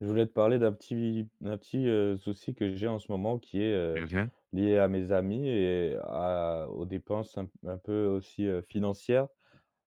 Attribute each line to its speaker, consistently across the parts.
Speaker 1: Je voulais te parler d'un petit souci que j'ai en ce moment qui est,
Speaker 2: Mmh mh.
Speaker 1: lié à mes amis et à aux dépenses un peu aussi, financières.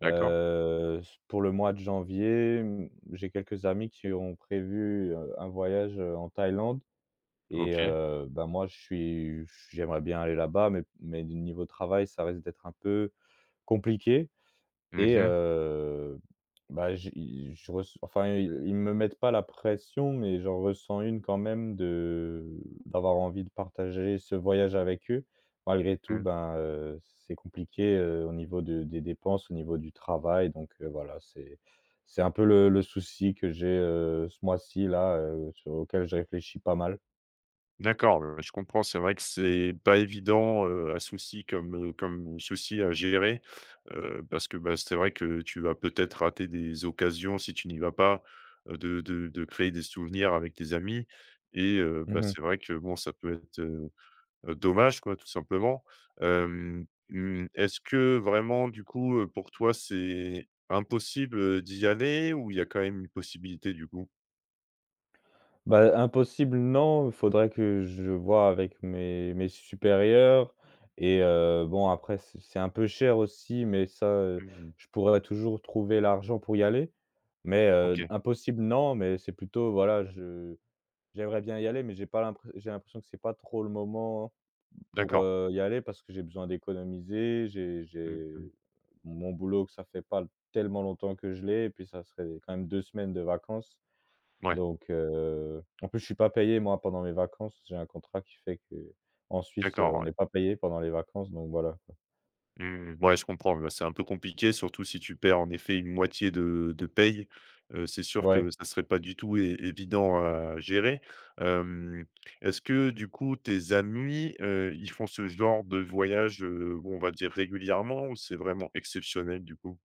Speaker 2: D'accord.
Speaker 1: S Pour le mois de janvier, j'ai quelques amis qui ont prévu, un voyage, en Thaïlande et
Speaker 2: OK.
Speaker 1: moi je suis j'aimerais bien aller là-bas mais du niveau travail, ça risque d'être un peu compliqué.
Speaker 2: Mmh
Speaker 1: Et
Speaker 2: mh.
Speaker 1: bah, j'ai je ress enfin, ils me mettent pas la pression, mais j'en ressens une quand même de d'avoir envie de partager ce voyage avec eux. Malgré tout,
Speaker 2: Mmh.
Speaker 1: ben, c'est compliqué, au niveau de des dépenses, au niveau du travail, donc voilà, c'est un peu le souci que j'ai, ce mois-ci là, sur auquel je réfléchis pas mal.
Speaker 2: D'accord, je comprends. C'est vrai que c'est pas évident, un souci comme souci à gérer, parce que, bah, c'est vrai que tu vas peut-être rater des occasions si tu n'y vas pas, de de créer des souvenirs avec tes amis et
Speaker 1: Mmh
Speaker 2: bah,
Speaker 1: mh.
Speaker 2: c'est vrai que bon, ça peut être, dommage quoi, tout simplement. Est-ce que vraiment du coup, pour toi, c'est impossible, d'y aller ou il y a quand même une possibilité du coup?
Speaker 1: Bah, impossible, non, il faudrait que je voie avec mes supérieurs et bon après c'est un peu cher aussi, mais ça,
Speaker 2: Mmh mh.
Speaker 1: je pourrais toujours trouver l'argent pour y aller. Mais,
Speaker 2: OK,
Speaker 1: impossible, non, mais c'est plutôt voilà, je j'aimerais bien y aller, mais j'ai l'impression que c'est pas trop le moment pour,
Speaker 2: d'accord.
Speaker 1: y aller parce que j'ai besoin d'économiser. J'ai
Speaker 2: Mmh
Speaker 1: j'ai
Speaker 2: mh.
Speaker 1: mon boulot que ça fait pas tellement longtemps que je l'ai et puis ça serait quand même 2 semaines de vacances.
Speaker 2: Ouais,
Speaker 1: Donc en plus, je suis pas payé, moi, pendant mes vacances. J'ai un contrat qui fait que en Suisse,
Speaker 2: d'accord,
Speaker 1: on
Speaker 2: ouais.
Speaker 1: n'est pas payé pendant les vacances, donc voilà, quoi.
Speaker 2: Mmh, ouais, je comprends, ouais, c'est un peu compliqué, surtout si tu perds en effet une moitié de paye. C'est sûr que
Speaker 1: Ouais,
Speaker 2: ça serait pas du tout é évident à gérer. Hem, est-ce que du coup tes amis, ils font ce genre de voyage, bon, on va dire régulièrement ou c'est vraiment exceptionnel du coup?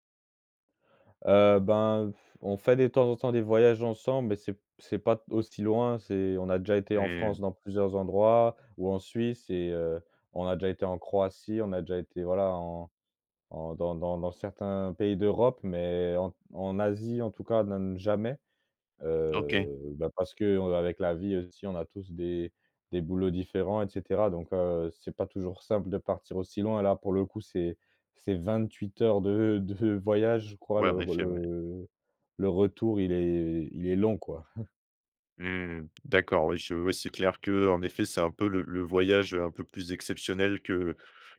Speaker 1: ben, on fait de temps en temps des voyages ensemble, mais c'est pas aussi loin. C'est on a déjà été en France
Speaker 2: Mmh,
Speaker 1: dans plusieurs endroits ou en Suisse et on a déjà été en Croatie, on a déjà été, voilà, en en dans certains pays d'Europe, mais en Asie, en tout cas, non, jamais.
Speaker 2: OK.
Speaker 1: Bah, parce que avec la vie aussi, on a tous des boulots différents et cetera donc c'est pas toujours simple de partir aussi loin. Là, pour le coup, c'est 28 heures de voyage, je crois,
Speaker 2: Ouais, en effet, ouais.
Speaker 1: le retour, il est long, quoi.
Speaker 2: Mmh. D'accord, oui, je oui, c'est clair que, en effet, c'est un peu le voyage, un peu plus exceptionnel que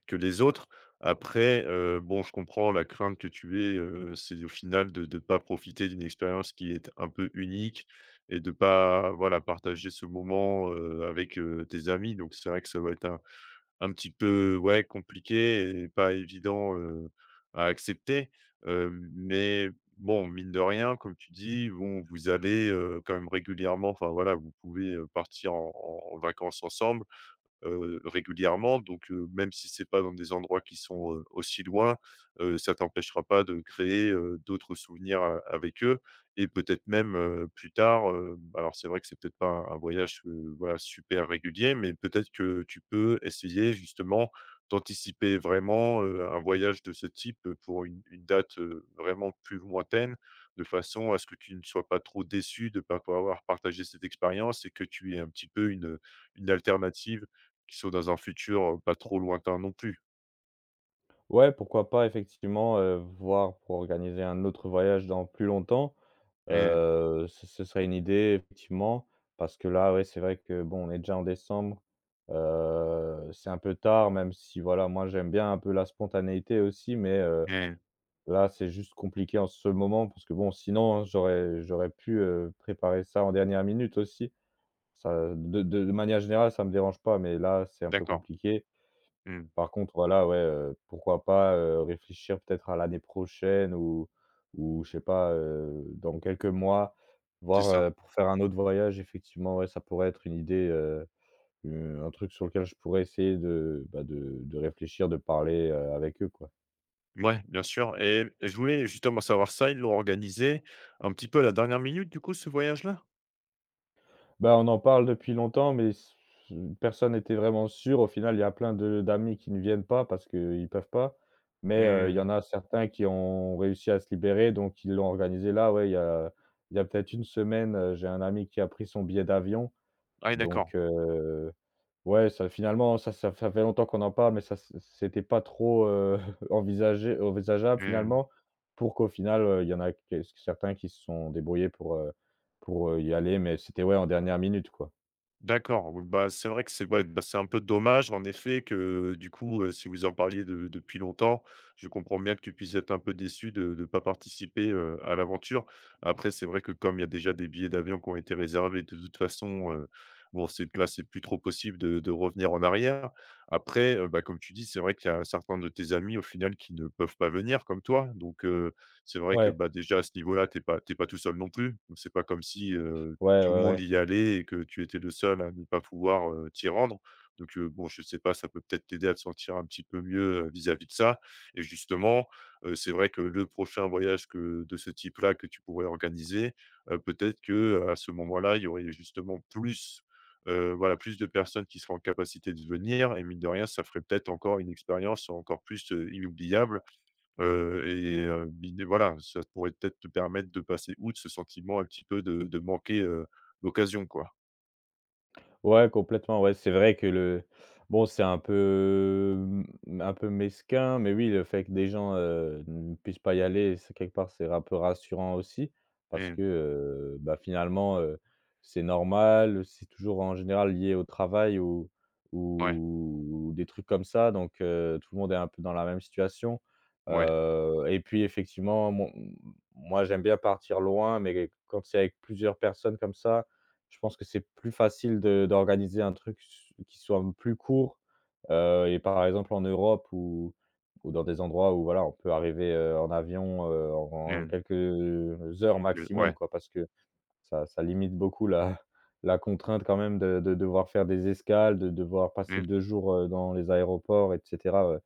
Speaker 2: que les autres. Après, bon, je comprends la crainte que tu aies, c'est au final de ne pas profiter d'une expérience qui est un peu unique et de pas, voilà, partager ce moment, avec, tes amis. Donc c'est vrai que ça va être un petit peu, ouais, compliqué et pas évident, à accepter, mais bon, mine de rien, comme tu dis, bon, vous allez, quand même régulièrement, enfin voilà, vous pouvez, partir en vacances ensemble régulièrement donc même si c'est pas dans des endroits qui sont, aussi loin, ça t'empêchera pas de créer, d'autres souvenirs a avec eux et peut-être même, plus tard, alors c'est vrai que c'est peut-être pas un voyage, voilà, super régulier, mais peut-être que tu peux essayer justement d'anticiper vraiment, un voyage de ce type, pour une date, vraiment plus lointaine, de façon à ce que tu ne sois pas trop déçu de ne pas pouvoir avoir partagé cette expérience et que tu aies un petit peu une alternative qui sont dans un futur, pas trop lointain non plus.
Speaker 1: Ouais, pourquoi pas effectivement, voir pour organiser un autre voyage dans plus longtemps.
Speaker 2: Mmh,
Speaker 1: Ce ce serait une idée effectivement, parce que là, ouais, c'est vrai que bon, on est déjà en décembre, c'est un peu tard, même si voilà, moi j'aime bien un peu la spontanéité aussi, mais
Speaker 2: mmh,
Speaker 1: là, c'est juste compliqué en ce moment parce que bon, sinon hein, j'aurais pu, préparer ça en dernière minute aussi. Ça de manière générale, ça me dérange pas, mais là, c'est un peu
Speaker 2: d'accord.
Speaker 1: compliqué.
Speaker 2: Mmh,
Speaker 1: Par contre, voilà, ouais, pourquoi pas, réfléchir peut-être à l'année prochaine ou je sais pas, dans quelques mois,
Speaker 2: c'est
Speaker 1: voir,
Speaker 2: ça.
Speaker 1: pour faire un autre voyage effectivement, ouais, ça pourrait être une idée, u un truc sur lequel je pourrais essayer de, bah, de réfléchir, de parler, avec eux, quoi.
Speaker 2: Ouais, bien sûr, et je voulais justement savoir ça, ils l'ont organisé un petit peu à la dernière minute, du coup, ce voyage-là?
Speaker 1: Bah, on en parle depuis longtemps, mais s personne n'était vraiment sûr. Au final, il y a plein de d'amis qui ne viennent pas parce qu'ils peuvent pas, mais il y
Speaker 2: Mmh.
Speaker 1: en a certains qui ont réussi à se libérer, donc ils l'ont organisé là, ouais, il y a peut-être une semaine, j'ai un ami qui a pris son billet d'avion,
Speaker 2: Ah oui,
Speaker 1: donc
Speaker 2: d'accord.
Speaker 1: ouais, ça finalement, ça fait longtemps qu'on en parle, mais ça c'était pas trop, envisagé envisageable
Speaker 2: Mmh.
Speaker 1: finalement pour qu'au final, il y en a que certains qui se sont débrouillés pour, y aller, mais c'était, ouais, en dernière minute, quoi.
Speaker 2: D'accord, oui, bah, c'est vrai que c'est ouais, bah, c'est un peu dommage en effet que du coup, si vous en parliez de depuis longtemps, je comprends bien que tu puisses être un peu déçu de ne pas participer, à l'aventure. Après, c'est vrai que comme il y a déjà des billets d'avion qui ont été réservés, de toute façon, bon, c'est que là, c'est plus trop possible de revenir en arrière. Après, bah, comme tu dis, c'est vrai qu'il y a certains de tes amis au final qui ne peuvent pas venir comme toi. Donc, c'est vrai que,
Speaker 1: Ouais,
Speaker 2: bah, déjà à ce niveau-là, tu es pas t'es pas tout seul non plus. Donc c'est pas comme si
Speaker 1: ouais,
Speaker 2: tout le
Speaker 1: ouais,
Speaker 2: monde
Speaker 1: ouais.
Speaker 2: y allait et que tu étais le seul à ne pas pouvoir, t'y rendre. Donc, bon, je sais pas, ça peut peut-être t'aider à te sentir un petit peu mieux, vis-à-vis de ça et justement, c'est vrai que le prochain voyage que de ce type-là que tu pourrais organiser, peut-être que, à ce moment-là, il y aurait justement plus, voilà, plus de personnes qui seraient en capacité de venir et mine de rien, ça ferait peut-être encore une expérience encore plus, inoubliable. Et l'idée voilà, ça pourrait peut-être te permettre de passer outre ce sentiment un petit peu de manquer, l'occasion, quoi.
Speaker 1: Ouais, complètement, ouais, c'est vrai que le bon, c'est un peu, un peu mesquin, mais oui, le fait que des gens, ne puissent pas y aller, c'est quelque part, c'est un peu rassurant aussi parce
Speaker 2: Mmh.
Speaker 1: que, bah, finalement, c'est normal, c'est toujours en général lié au travail
Speaker 2: Ouais,
Speaker 1: ou des trucs comme ça donc tout le monde est un peu dans la même situation,
Speaker 2: ouais.
Speaker 1: et puis effectivement, mon moi, j'aime bien partir loin mais quand c'est avec plusieurs personnes comme ça je pense que c'est plus facile de d'organiser un truc s qui soit plus court, et par exemple en Europe ou dans des endroits où voilà, on peut arriver, en avion, en en
Speaker 2: Mmh.
Speaker 1: quelques heures
Speaker 2: Heu,
Speaker 1: maximum
Speaker 2: ouais.
Speaker 1: quoi. Parce que ça ça limite beaucoup la la contrainte quand même de devoir faire des escales, de devoir passer
Speaker 2: Mmh.
Speaker 1: 2 jours, dans les aéroports et cetera,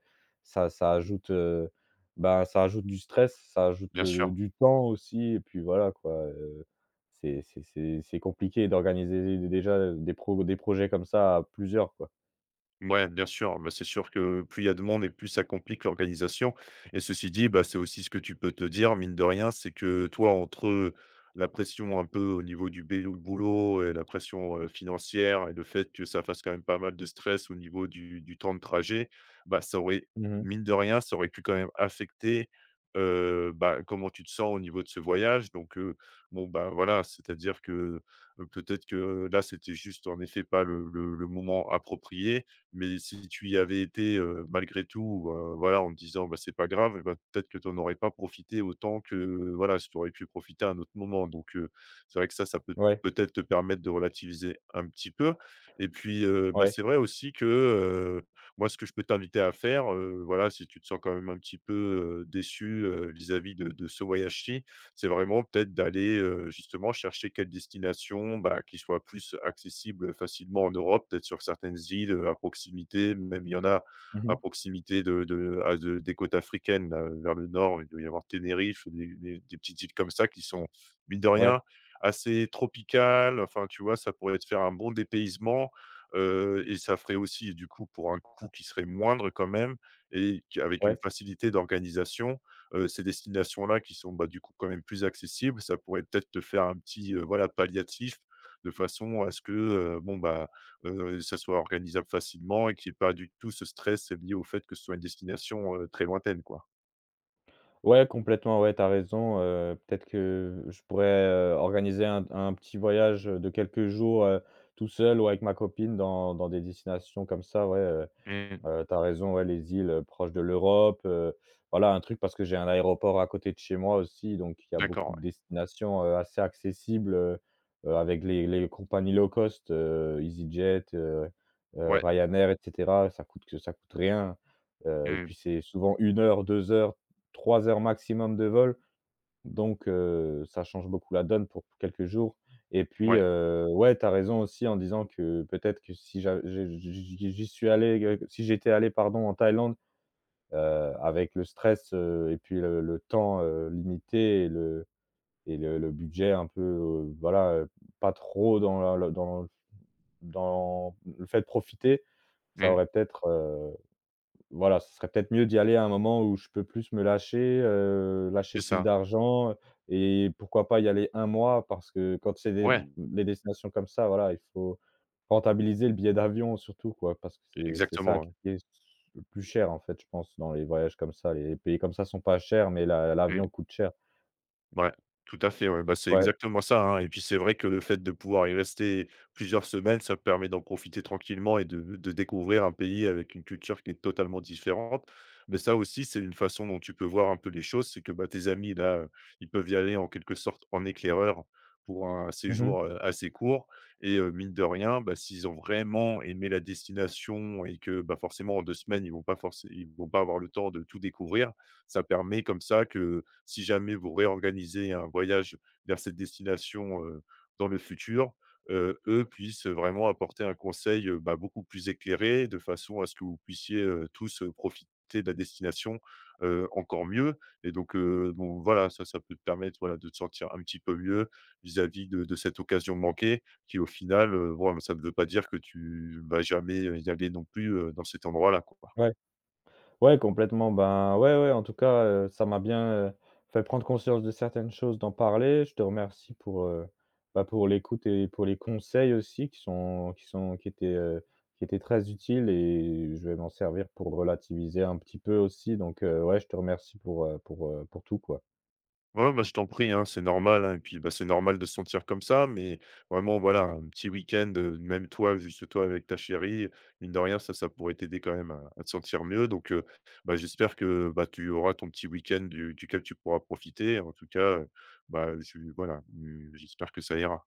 Speaker 1: ça ça ajoute, bah, ça ajoute du stress, ça ajoute,
Speaker 2: Bien sûr.
Speaker 1: du temps aussi et puis voilà quoi, c'est compliqué d'organiser déjà, des projets comme ça à plusieurs quoi.
Speaker 2: Ouais, bien sûr, bah, c'est sûr que plus il y a de monde et plus ça complique l'organisation et ceci dit, bah, c'est aussi ce que tu peux te dire, mine de rien, c'est que toi, entre la pression un peu au niveau du bélo boulot et la pression, financière et le fait que ça fasse quand même pas mal de stress au niveau du temps de trajet, bah, ça aurait
Speaker 1: Mmh,
Speaker 2: mine de rien, ça aurait pu quand même affecter, bah, comment tu te sens au niveau de ce voyage donc bon, bah, voilà, c'est-à-dire que, peut-être que là, c'était juste en effet pas le moment approprié mais si tu y avais été, malgré tout, voilà, en te disant: «Bah, c'est pas grave», et bah, peut-être que tu en aurais pas profité autant que, voilà, si tu aurais pu profiter à un autre moment. Donc c'est vrai que ça peut
Speaker 1: ouais,
Speaker 2: peut-être te permettre de relativiser un petit peu. Et puis, bah,
Speaker 1: ouais.
Speaker 2: c'est vrai aussi que, moi, ce que je peux t'inviter à faire, voilà, si tu te sens quand même un petit peu, déçu, vis-à-vis de ce voyage-ci, c'est vraiment peut-être d'aller, justement chercher quelle destination, bah, qui soit plus accessible facilement en Europe, peut-être sur certaines îles, à proximité. Même il y en a
Speaker 1: Mmh,
Speaker 2: à proximité de à de des côtes africaines, là, vers le nord, il doit y avoir Tenerife, des petites îles comme ça qui sont, mine de rien,
Speaker 1: ouais,
Speaker 2: assez tropicales. Enfin, tu vois, ça pourrait te faire un bon dépaysement, et ça ferait aussi, du coup, pour un coût qui serait moindre quand même et qui avec une
Speaker 1: ouais.
Speaker 2: facilité d'organisation, ces destinations-là qui sont, bah, du coup, quand même plus accessibles, ça pourrait peut-être te faire un petit, voilà, palliatif de façon à ce que, bon, bah, ça soit organisable facilement et qu'il y ait pas du tout ce stress lié au fait que ce soit une destination, très lointaine, quoi.
Speaker 1: Ouais, complètement, ouais, t'as raison, peut-être que je pourrais, organiser un petit voyage de quelques jours, tout seul ou avec ma copine dans dans des destinations comme ça, ouais,
Speaker 2: Mmh.
Speaker 1: Tu raison, ouais, les îles, proches de l'Europe, voilà un truc parce que j'ai un aéroport à côté de chez moi aussi, donc il y a beaucoup
Speaker 2: D'accord,
Speaker 1: de
Speaker 2: ouais.
Speaker 1: destinations, assez accessibles, avec les compagnies low cost, EasyJet,
Speaker 2: Ouais.
Speaker 1: Ryanair et cetera. Ça coûte rien, et
Speaker 2: Mmh.
Speaker 1: puis c'est souvent une heure, 2 heures, 3 heures maximum de vol. Donc ça change beaucoup la donne pour quelques jours et puis,
Speaker 2: Ouais.
Speaker 1: ouais, tu as raison aussi en disant que peut-être que si j'a je j'y j'y j'y suis allé, si j'étais allé, pardon, en Thaïlande, heu, avec le stress, et puis le temps, limité et le budget un peu, voilà, pas trop dans la la dans dans le fait de profiter, ça
Speaker 2: Mmh.
Speaker 1: aurait peut-être, voilà, ce serait peut-être mieux d'y aller à un moment où je peux plus me lâcher, lâcher
Speaker 2: C'est
Speaker 1: plus
Speaker 2: ça.
Speaker 1: d'argent, et pourquoi pas y aller un mois parce que quand c'est
Speaker 2: Ouais.
Speaker 1: des destinations comme ça, voilà, il faut rentabiliser le billet d'avion surtout quoi, parce que c'est ça qui
Speaker 2: Exactement,
Speaker 1: est le plus cher en fait, je pense, dans les voyages comme ça. Les pays comme ça sont pas chers, mais la
Speaker 2: ouais.
Speaker 1: l'avion coûte cher.
Speaker 2: Ouais, tout à fait, ouais. Bah, c'est
Speaker 1: Ouais.
Speaker 2: exactement ça, hein, et puis c'est vrai que le fait de pouvoir y rester plusieurs semaines, ça permet d'en profiter tranquillement et de découvrir un pays avec une culture qui est totalement différente. Mais ça aussi, c'est une façon dont tu peux voir un peu les choses, c'est que, bah, tes amis là, ils peuvent y aller en quelque sorte en éclaireur pour un
Speaker 1: Mmh mh.
Speaker 2: séjour, assez court et mine de rien, bah, s'ils ont vraiment aimé la destination et que, bah, forcément en 2 semaines, ils vont pas avoir le temps de tout découvrir. Ça permet comme ça que si jamais vous réorganisez un voyage vers cette destination, dans le futur, eux puissent vraiment apporter un conseil, bah, beaucoup plus éclairé de façon à ce que vous puissiez, tous, profiter de la destination, encore mieux et donc bon voilà, ça peut te permettre, voilà, de te sentir un petit peu mieux vis-à-vis de cette occasion manquée qui au final, bon, ça ne veut pas dire que tu vas jamais y aller non plus, dans cet endroit-là, quoi.
Speaker 1: Ouais. Ouais, complètement. Ben, ouais, ouais, en tout cas, ça m'a bien, fait prendre conscience de certaines choses, d'en parler. Je te remercie pour, bah, pour l'écoute et pour les conseils aussi qui sont qui sont qui étaient très utiles et je vais m'en servir pour relativiser un petit peu aussi. Donc, ouais, je te remercie pour tout, quoi.
Speaker 2: Ouais, bah, je t'en prie, hein, c'est normal, hein, et puis, bah, c'est normal de se sentir comme ça, mais vraiment, voilà, un petit week-end, même toi, juste toi avec ta chérie, mine de rien, ça pourrait t'aider quand même à te sentir mieux, donc bah, j'espère que, bah, tu auras ton petit week-end du duquel tu pourras profiter. En tout cas, bah, je voilà, j'espère que ça ira.